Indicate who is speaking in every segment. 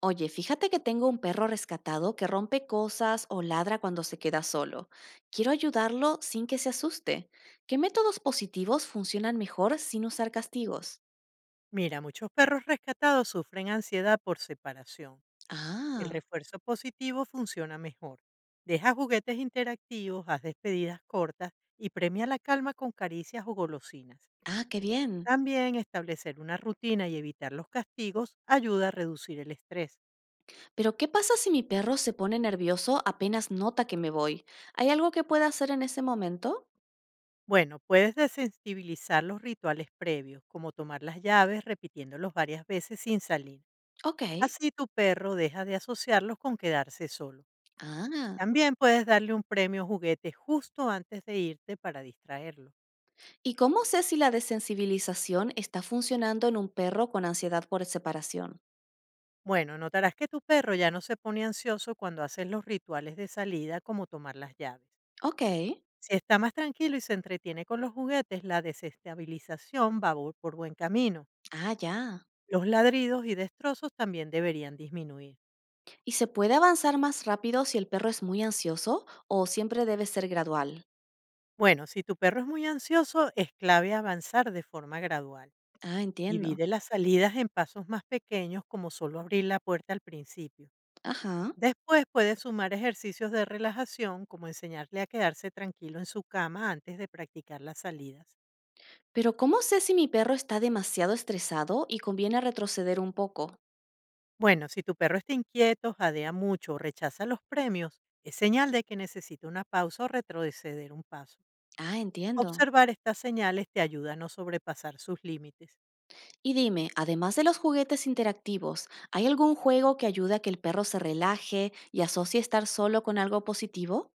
Speaker 1: Oye, fíjate que tengo un perro rescatado que rompe cosas o ladra cuando se queda solo. Quiero ayudarlo sin que se asuste. ¿Qué métodos positivos funcionan mejor sin usar castigos?
Speaker 2: Mira, muchos perros rescatados sufren ansiedad por separación. El
Speaker 1: Ah,
Speaker 2: refuerzo positivo funciona mejor. Deja juguetes interactivos, haz despedidas cortas y premia la calma con caricias o golosinas.
Speaker 1: ah, qué bien.
Speaker 2: También establecer una rutina y evitar los castigos ayuda a reducir el estrés.
Speaker 1: Pero ¿qué pasa si mi perro se pone nervioso apenas nota que me voy? ¿Hay algo que pueda hacer en ese momento?
Speaker 2: Bueno, puedes desensibilizar los rituales previos, como tomar las llaves repitiéndolos varias veces sin salir.
Speaker 1: Ok.
Speaker 2: Así tu perro deja de asociarlos con quedarse solo.
Speaker 1: Ah.
Speaker 2: También puedes darle un premio juguete justo antes de irte para distraerlo.
Speaker 1: ¿Y cómo sé si la desensibilización está funcionando en un perro con ansiedad por separación?
Speaker 2: Bueno, notarás que tu perro ya no se pone ansioso cuando haces los rituales de salida como tomar las llaves.
Speaker 1: Ok.
Speaker 2: Si está más tranquilo y se entretiene con los juguetes, la desestabilización va por buen camino.
Speaker 1: Ah, ya.
Speaker 2: Los ladridos y destrozos también deberían disminuir.
Speaker 1: ¿Y se puede avanzar más rápido si el perro es muy ansioso o siempre debe ser gradual?
Speaker 2: Bueno, si tu perro es muy ansioso, es clave avanzar de forma gradual.
Speaker 1: Ah, entiendo.
Speaker 2: Divide las salidas en pasos más pequeños como solo abrir la puerta al principio.
Speaker 1: Ajá.
Speaker 2: Después puede sumar ejercicios de relajación, como enseñarle a quedarse tranquilo en su cama antes de practicar las salidas.
Speaker 1: Pero ¿cómo sé si mi perro está demasiado estresado y conviene retroceder un poco?
Speaker 2: Bueno, si tu perro está inquieto, jadea mucho o rechaza los premios, es señal de que necesita una pausa o retroceder un paso.
Speaker 1: Ah, entiendo.
Speaker 2: Observar estas señales te ayuda a no sobrepasar sus límites.
Speaker 1: Y dime, además de los juguetes interactivos, ¿hay algún juego que ayude a que el perro se relaje y asocie estar solo con algo positivo?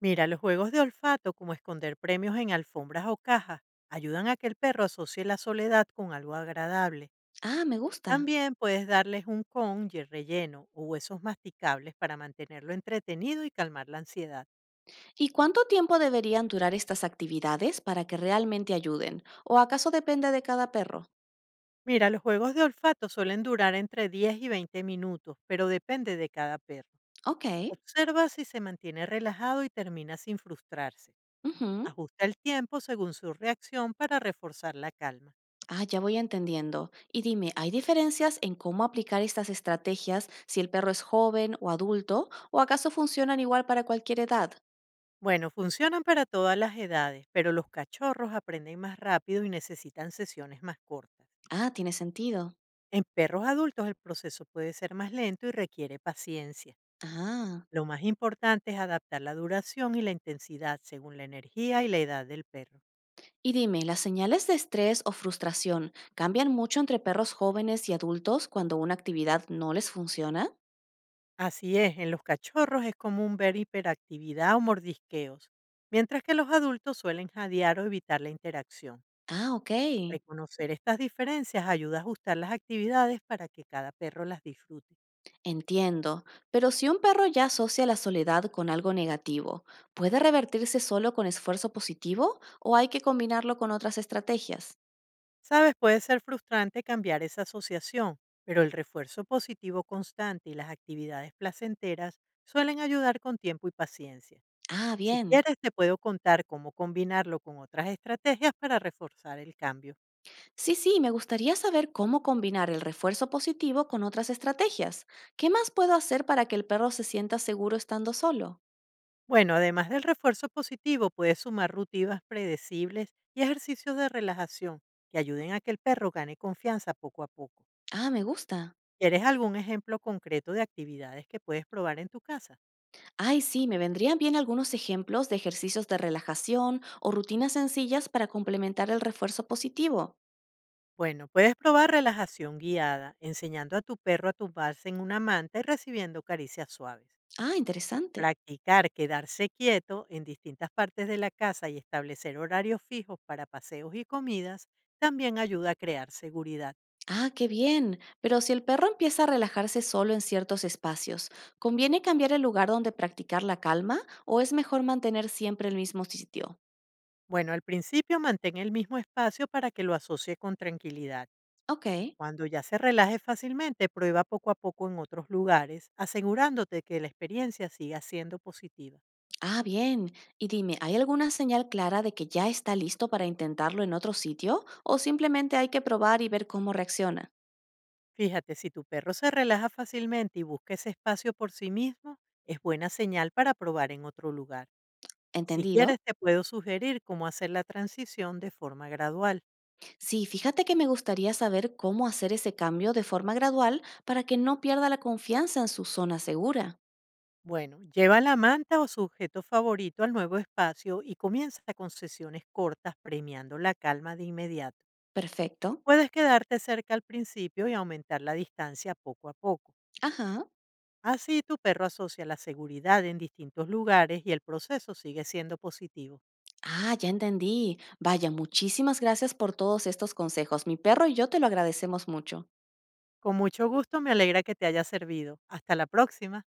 Speaker 2: Mira, los juegos de olfato, como esconder premios en alfombras o cajas, ayudan a que el perro asocie la soledad con algo agradable.
Speaker 1: Ah, me gusta.
Speaker 2: También puedes darles un con y relleno o huesos masticables para mantenerlo entretenido y calmar la ansiedad.
Speaker 1: ¿Y cuánto tiempo deberían durar estas actividades para que realmente ayuden? ¿O acaso depende de cada perro?
Speaker 2: Mira, los juegos de olfato suelen durar entre 10 y 20 minutos, pero depende de cada perro.
Speaker 1: Ok.
Speaker 2: Observa si se mantiene relajado y termina sin frustrarse.
Speaker 1: Ujú.
Speaker 2: Ajusta el tiempo según su reacción para reforzar la calma.
Speaker 1: Ah, ya voy entendiendo. Y dime, ¿hay diferencias en cómo aplicar estas estrategias si el perro es joven o adulto? ¿O acaso funcionan igual para cualquier edad?
Speaker 2: Bueno, funcionan para todas las edades, pero los cachorros aprenden más rápido y necesitan sesiones más cortas.
Speaker 1: Ah, tiene sentido.
Speaker 2: En perros adultos el proceso puede ser más lento y requiere paciencia.
Speaker 1: Ah.
Speaker 2: Lo más importante es adaptar la duración y la intensidad según la energía y la edad del perro.
Speaker 1: Y dime, ¿las señales de estrés o frustración cambian mucho entre perros jóvenes y adultos cuando una actividad no les funciona?
Speaker 2: Así es, en los cachorros es común ver hiperactividad o mordisqueos, mientras que los adultos suelen jadear o evitar la interacción.
Speaker 1: Ah, ok.
Speaker 2: Reconocer estas diferencias ayuda a ajustar las actividades para que cada perro las disfrute.
Speaker 1: Entiendo. Pero si un perro ya asocia la soledad con algo negativo, ¿puede revertirse solo con esfuerzo positivo o hay que combinarlo con otras estrategias?
Speaker 2: Sabes, puede ser frustrante cambiar esa asociación, pero el refuerzo positivo constante y las actividades placenteras suelen ayudar con tiempo y paciencia.
Speaker 1: Ah,
Speaker 2: Si
Speaker 1: bien.
Speaker 2: quieres, te puedo contar cómo combinarlo con otras estrategias para reforzar el cambio.
Speaker 1: Sí, sí, me gustaría saber cómo combinar el refuerzo positivo con otras estrategias. ¿Qué más puedo hacer para que el perro se sienta seguro estando solo?
Speaker 2: Bueno, además del refuerzo positivo, puedes sumar rutinas predecibles y ejercicios de relajación que ayuden a que el perro gane confianza poco a poco.
Speaker 1: Ah, me gusta.
Speaker 2: ¿Quieres algún ejemplo concreto de actividades que puedes probar en tu casa?
Speaker 1: Ay, sí, me vendrían bien algunos ejemplos de ejercicios de relajación o rutinas sencillas para complementar el refuerzo positivo.
Speaker 2: Bueno, puedes probar relajación guiada, enseñando a tu perro a tumbarse en una manta y recibiendo caricias suaves.
Speaker 1: Ah, interesante.
Speaker 2: Practicar quedarse quieto en distintas partes de la casa y establecer horarios fijos para paseos y comidas también ayuda a crear seguridad.
Speaker 1: Ah, qué bien. Pero si el perro empieza a relajarse solo en ciertos espacios, ¿conviene cambiar el lugar donde practicar la calma o es mejor mantener siempre el mismo sitio?
Speaker 2: Bueno, al principio mantén el mismo espacio para que lo asocie con tranquilidad.
Speaker 1: Ok.
Speaker 2: Cuando ya se relaje fácilmente, prueba poco a poco en otros lugares, asegurándote que la experiencia siga siendo positiva.
Speaker 1: Ah, bien. Y dime, ¿hay alguna señal clara de que ya está listo para intentarlo en otro sitio o simplemente hay que probar y ver cómo reacciona?
Speaker 2: Fíjate, si tu perro se relaja fácilmente y busca ese espacio por sí mismo, es buena señal para probar en otro lugar. Si
Speaker 1: ¿Entendido?
Speaker 2: quieres, te puedo sugerir cómo hacer la transición de forma gradual.
Speaker 1: Sí, fíjate que me gustaría saber cómo hacer ese cambio de forma gradual para que no pierda la confianza en su zona segura.
Speaker 2: Bueno, lleva la manta o sujeto favorito al nuevo espacio y comienza con sesiones cortas premiando la calma de inmediato.
Speaker 1: Perfecto.
Speaker 2: Puedes quedarte cerca al principio y aumentar la distancia poco a poco.
Speaker 1: Ajá.
Speaker 2: Así tu perro asocia la seguridad en distintos lugares y el proceso sigue siendo positivo.
Speaker 1: Ah, ya entendí. Vaya, muchísimas gracias por todos estos consejos. Mi perro y yo te lo agradecemos mucho.
Speaker 2: Con mucho gusto, me alegra que te haya servido. Hasta la próxima.